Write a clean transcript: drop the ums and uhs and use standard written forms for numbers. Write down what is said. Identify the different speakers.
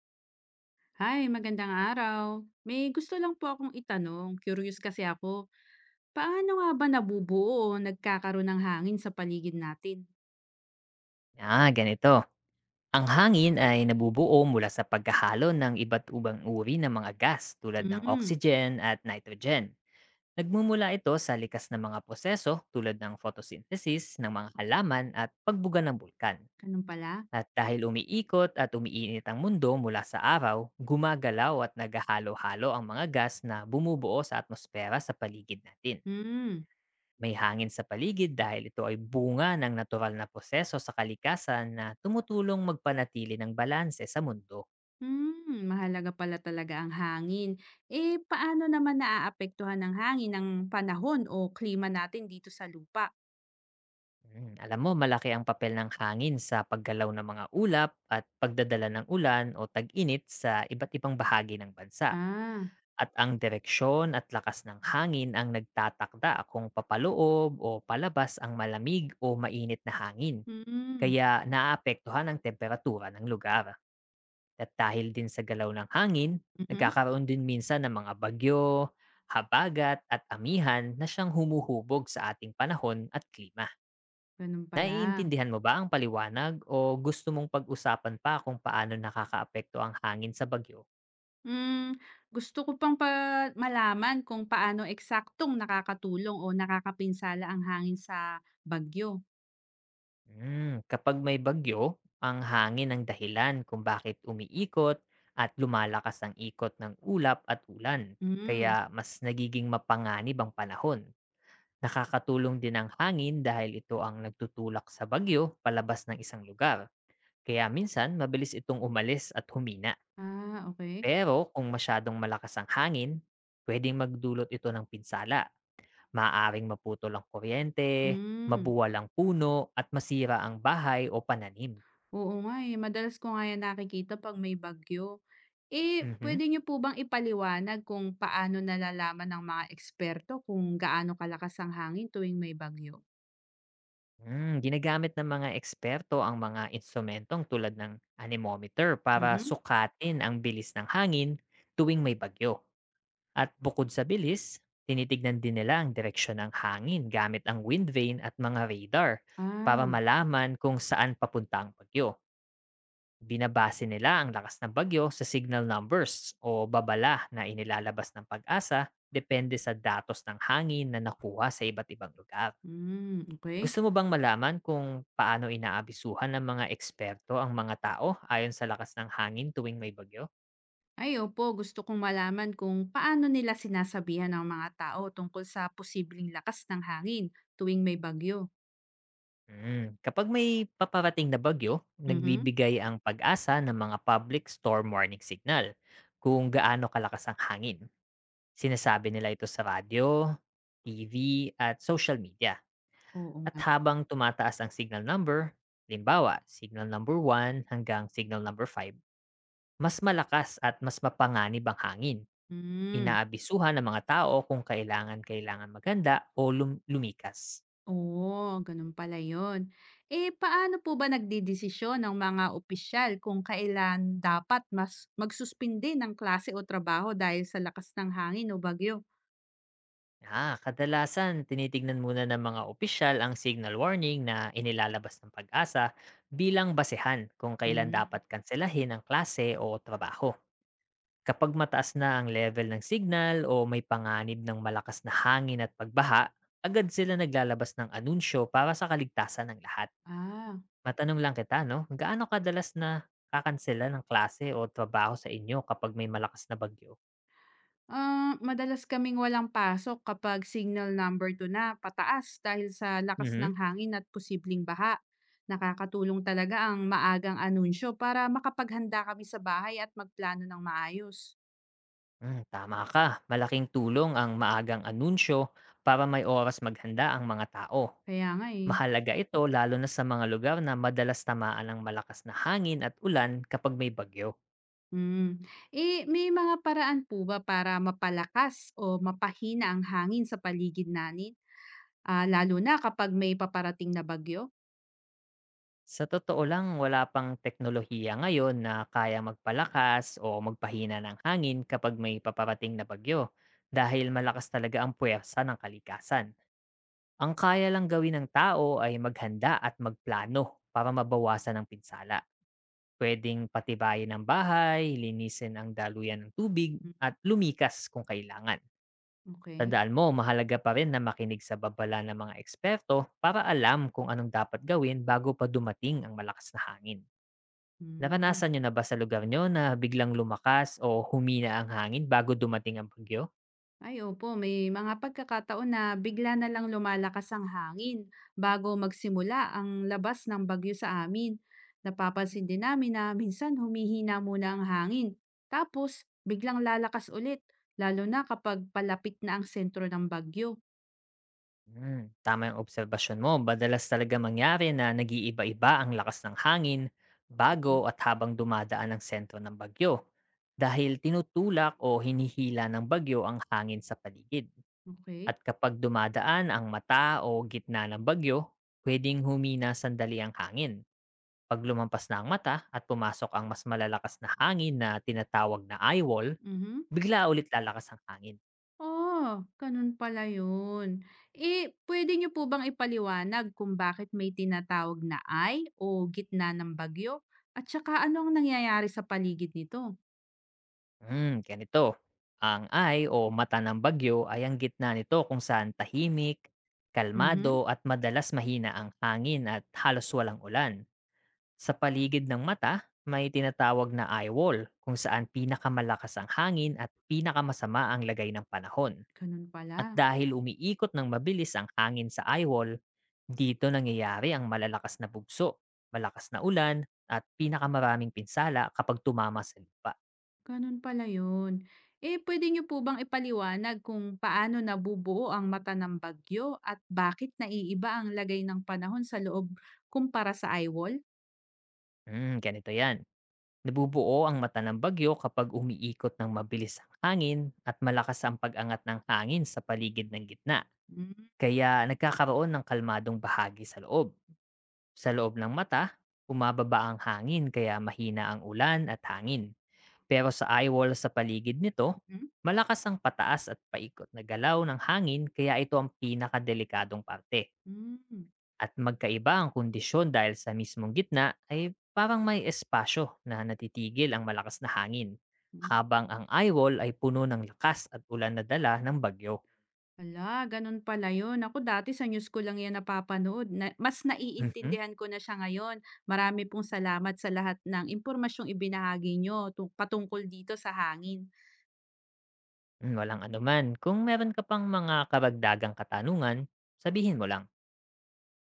Speaker 1: Hi, magandang araw. May gusto lang po akong itanong. Curious kasi ako. Paano nga ba nabubuo o nagkakaroon ng hangin sa paligid natin?
Speaker 2: Ganito. Ang hangin ay nabubuo mula sa pagkahalo ng iba't ubang uri ng mga gas tulad ng
Speaker 1: Hmm,
Speaker 2: oxygen at nitrogen. Nagmumula ito sa likas na mga proseso tulad ng photosynthesis ng mga halaman at pagbuga ng bulkan.
Speaker 1: Ganun pala?
Speaker 2: At dahil umiikot at umiinit ang mundo mula sa araw, gumagalaw at naghahalo-halo ang mga gas na bumubuo sa atmosfera sa paligid natin.
Speaker 1: Hmm,
Speaker 2: May hangin sa paligid dahil ito ay bunga ng natural na proseso sa kalikasan na tumutulong magpanatili ng balanse sa mundo.
Speaker 1: Mahalaga pala talaga ang hangin. Eh, paano naman naaapektuhan ng hangin ang panahon o klima natin dito sa lupa?
Speaker 2: Alam mo, malaki ang papel ng hangin sa paggalaw ng mga ulap at pagdadala ng ulan o tag-init sa iba't ibang bahagi ng bansa.
Speaker 1: Ah.
Speaker 2: At ang direksyon at lakas ng hangin ang nagtatakda kung papaloob o palabas ang malamig o mainit na hangin.
Speaker 1: Hmm.
Speaker 2: Kaya naaapektuhan ang temperatura ng lugar. At dahil din sa galaw ng hangin,
Speaker 1: Mhm.
Speaker 2: nagkakaroon din minsan ng mga bagyo, habagat at amihan na siyang humuhubog sa ating panahon at klima.
Speaker 1: Ganun pala.
Speaker 2: Naiintindihan mo ba ang paliwanag o gusto mong pag-usapan pa kung paano nakakaapekto ang hangin sa bagyo?
Speaker 1: Hmm, Gusto ko pang pa malaman kung paano eksaktong nakakatulong o nakakapinsala ang hangin sa bagyo.
Speaker 2: Kapag may bagyo, ang hangin ang dahilan kung bakit umiikot at lumalakas ang ikot ng ulap at ulan.
Speaker 1: Hmm.
Speaker 2: Kaya mas nagiging mapanganib ang panahon. Nakakatulong din ang hangin dahil ito ang nagtutulak sa bagyo palabas ng isang lugar. Kaya minsan mabilis itong umalis at humina.
Speaker 1: Ah, okay.
Speaker 2: Pero kung masyadong malakas ang hangin, pwedeng magdulot ito ng pinsala. Maaring maputol ang kuryente,
Speaker 1: Hmm,
Speaker 2: mabuwal ang puno at masira ang bahay o pananim.
Speaker 1: Oo nga, eh, madalas ko nga 'yan nakikita 'pag may bagyo. Eh,
Speaker 2: Mhm.
Speaker 1: puwede niyo po bang ipaliwanag kung paano nalalaman ng mga eksperto kung gaano kalakas ang hangin tuwing may bagyo?
Speaker 2: Ginagamit ng mga eksperto ang mga instrumentong tulad ng anemometer para
Speaker 1: Mhm.
Speaker 2: sukatin ang bilis ng hangin tuwing may bagyo. At bukod sa bilis, tinitignan din nila ang direksyon ng hangin gamit ang wind vane at mga radar para
Speaker 1: Ah.
Speaker 2: malaman kung saan papunta ang bagyo. Binabase nila ang lakas ng bagyo sa signal numbers o babala na inilalabas ng pag-asa depende sa datos ng hangin na nakuha sa iba't ibang lugar.
Speaker 1: Hmm. Okay.
Speaker 2: Gusto mo bang malaman kung paano inaabisuhan ng mga eksperto ang mga tao ayon sa lakas ng hangin tuwing may bagyo?
Speaker 1: Ay, opo. Gusto kong malaman kung paano nila sinasabihan ang mga tao tungkol sa posibleng lakas ng hangin tuwing may bagyo.
Speaker 2: Kapag may paparating na bagyo,
Speaker 1: Mhm.
Speaker 2: nagbibigay ang pag-asa ng mga public storm warning signal kung gaano kalakas ang hangin. Sinasabi nila ito sa radyo, TV, at social media.
Speaker 1: Oo nga.
Speaker 2: At habang tumataas ang signal number, limbawa, signal number 1 hanggang signal number 5, mas malakas at mas mapanganib ang hangin.
Speaker 1: Mm.
Speaker 2: Inaabisuhan ng mga tao kung kailangan-kailangan maganda o lumikas.
Speaker 1: Oo, ganun pala yun. Eh, paano po ba nagdidesisyon ng mga opisyal kung kailan dapat mas magsuspindi ng klase o trabaho dahil sa lakas ng hangin o bagyo?
Speaker 2: Kadalasan tinitignan muna ng mga opisyal ang signal warning na inilalabas ng pag-asa bilang basehan kung kailan
Speaker 1: Mm.
Speaker 2: dapat kanselahin ang klase o trabaho. Kapag mataas na ang level ng signal o may panganib ng malakas na hangin at pagbaha, agad sila naglalabas ng anunsyo para sa kaligtasan ng lahat.
Speaker 1: Ah.
Speaker 2: Matanong lang kita, no? Gaano kadalas na kakansela ng klase o trabaho sa inyo kapag may malakas na bagyo?
Speaker 1: Ah, madalas kaming walang pasok kapag signal number 2 na pataas dahil sa lakas ng
Speaker 2: Mhm.
Speaker 1: hangin at posibleng baha. Nakakatulong talaga ang maagang anunsyo para makapaghanda kami sa bahay at magplano ng maayos.
Speaker 2: Tama ka. Malaking tulong ang maagang anunsyo para may oras maghanda ang mga tao.
Speaker 1: Kaya nga eh.
Speaker 2: Mahalaga ito lalo na sa mga lugar na madalas tamaan ng malakas na hangin at ulan kapag may bagyo.
Speaker 1: Mm. Eh, may mga paraan po ba para mapalakas o mapahina ang hangin sa paligid natin? Ah, lalo na kapag may paparating na bagyo?
Speaker 2: Sa totoo lang, wala pang teknolohiya ngayon na kaya magpalakas o magpahina ng hangin kapag may paparating na bagyo dahil malakas talaga ang puwersa ng kalikasan. Ang kaya lang gawin ng tao ay maghanda at magplano para mabawasan ang pinsala. Puwedeng patibayin ang bahay, linisin ang daluyan ng tubig,
Speaker 1: Mm.
Speaker 2: at lumikas kung kailangan.
Speaker 1: Okay.
Speaker 2: Tandaan mo, mahalaga pa rin na makinig sa babala ng mga eksperto para alam kung anong dapat gawin bago pa dumating ang malakas na hangin.
Speaker 1: Mm.
Speaker 2: Naranasan nyo na ba sa lugar nyo na biglang lumakas o humina ang hangin bago dumating ang bagyo?
Speaker 1: Ay, opo. May mga pagkakataon na bigla na lang lumalakas ang hangin bago magsimula ang labas ng bagyo sa amin. Napapansin din namin na minsan humihina muna ang hangin. Tapos, biglang lalakas ulit, lalo na kapag palapit na ang sentro ng bagyo.
Speaker 2: Tama yung obserbasyon mo. Badalas talaga mangyari na nag-iiba-iba ang lakas ng hangin bago
Speaker 1: Mm.
Speaker 2: at habang dumadaan ang sentro ng bagyo dahil tinutulak o hinihila ng bagyo ang hangin sa paligid.
Speaker 1: Okay.
Speaker 2: At kapag dumadaan ang mata o gitna ng bagyo, pwedeng humina sandali ang hangin. Pag lumampas na ang mata at pumasok ang mas malalakas na hangin na tinatawag na eyewall,
Speaker 1: Mhm.
Speaker 2: bigla ulit lalakas ang hangin.
Speaker 1: Oh, ganun pala yun. Eh, puwede niyo po bang ipaliwanag kung bakit may tinatawag na eye o gitna ng bagyo? At saka ano ang nangyayari sa paligid nito?
Speaker 2: Ganito. Ang eye o mata ng bagyo ay ang gitna nito kung saan tahimik,
Speaker 1: Mhm.
Speaker 2: kalmado at madalas mahina ang hangin at halos walang ulan. Sa paligid ng mata, may tinatawag na eye wall kung saan pinakamalakas ang hangin at pinakamasama ang lagay ng panahon.
Speaker 1: Ganun
Speaker 2: At
Speaker 1: pala.
Speaker 2: dahil umiikot ng mabilis ang hangin sa eye wall, dito nangyayari ang malalakas na bugso, malakas na ulan at pinakamaraming pinsala kapag tumama sa lupa.
Speaker 1: Ganun pala yun. Eh, puwede niyo po bang ipaliwanag kung paano nabubuo ang mata ng bagyo at bakit naiiba ang lagay ng panahon sa loob kumpara sa eyewall?
Speaker 2: Ganito yan. Nabubuo ang mata ng bagyo kapag umiikot ng mabilis ang hangin at malakas ang pag-angat ng hangin sa paligid ng gitna.
Speaker 1: Mhm.
Speaker 2: Kaya nagkakaroon ng kalmadong bahagi sa loob. Sa loob ng mata, umababa ang hangin kaya mahina ang ulan at hangin. Pero sa eyewall sa paligid nito,
Speaker 1: Mm.
Speaker 2: malakas ang pataas at paikot na galaw ng hangin kaya ito ang pinakadelikadong parte
Speaker 1: Mm.
Speaker 2: at magkaiba ang kondisyon dahil sa mismong gitna ay parang may espasyo na natitigil ang malakas na hangin, habang
Speaker 1: Mm.
Speaker 2: ang eyewall ay puno ng lakas at ulan na dala ng bagyo.
Speaker 1: Hala, ganun pala yun. Ako dati sa news ko lang yan napapanood. Na, mas
Speaker 2: Mhm.
Speaker 1: naiintindihan ko na siya ngayon. Marami pong salamat sa lahat ng impormasyong ibinahagi nyo patungkol dito sa hangin.
Speaker 2: Walang anuman, kung meron ka pang mga karagdagang katanungan, sabihin mo lang.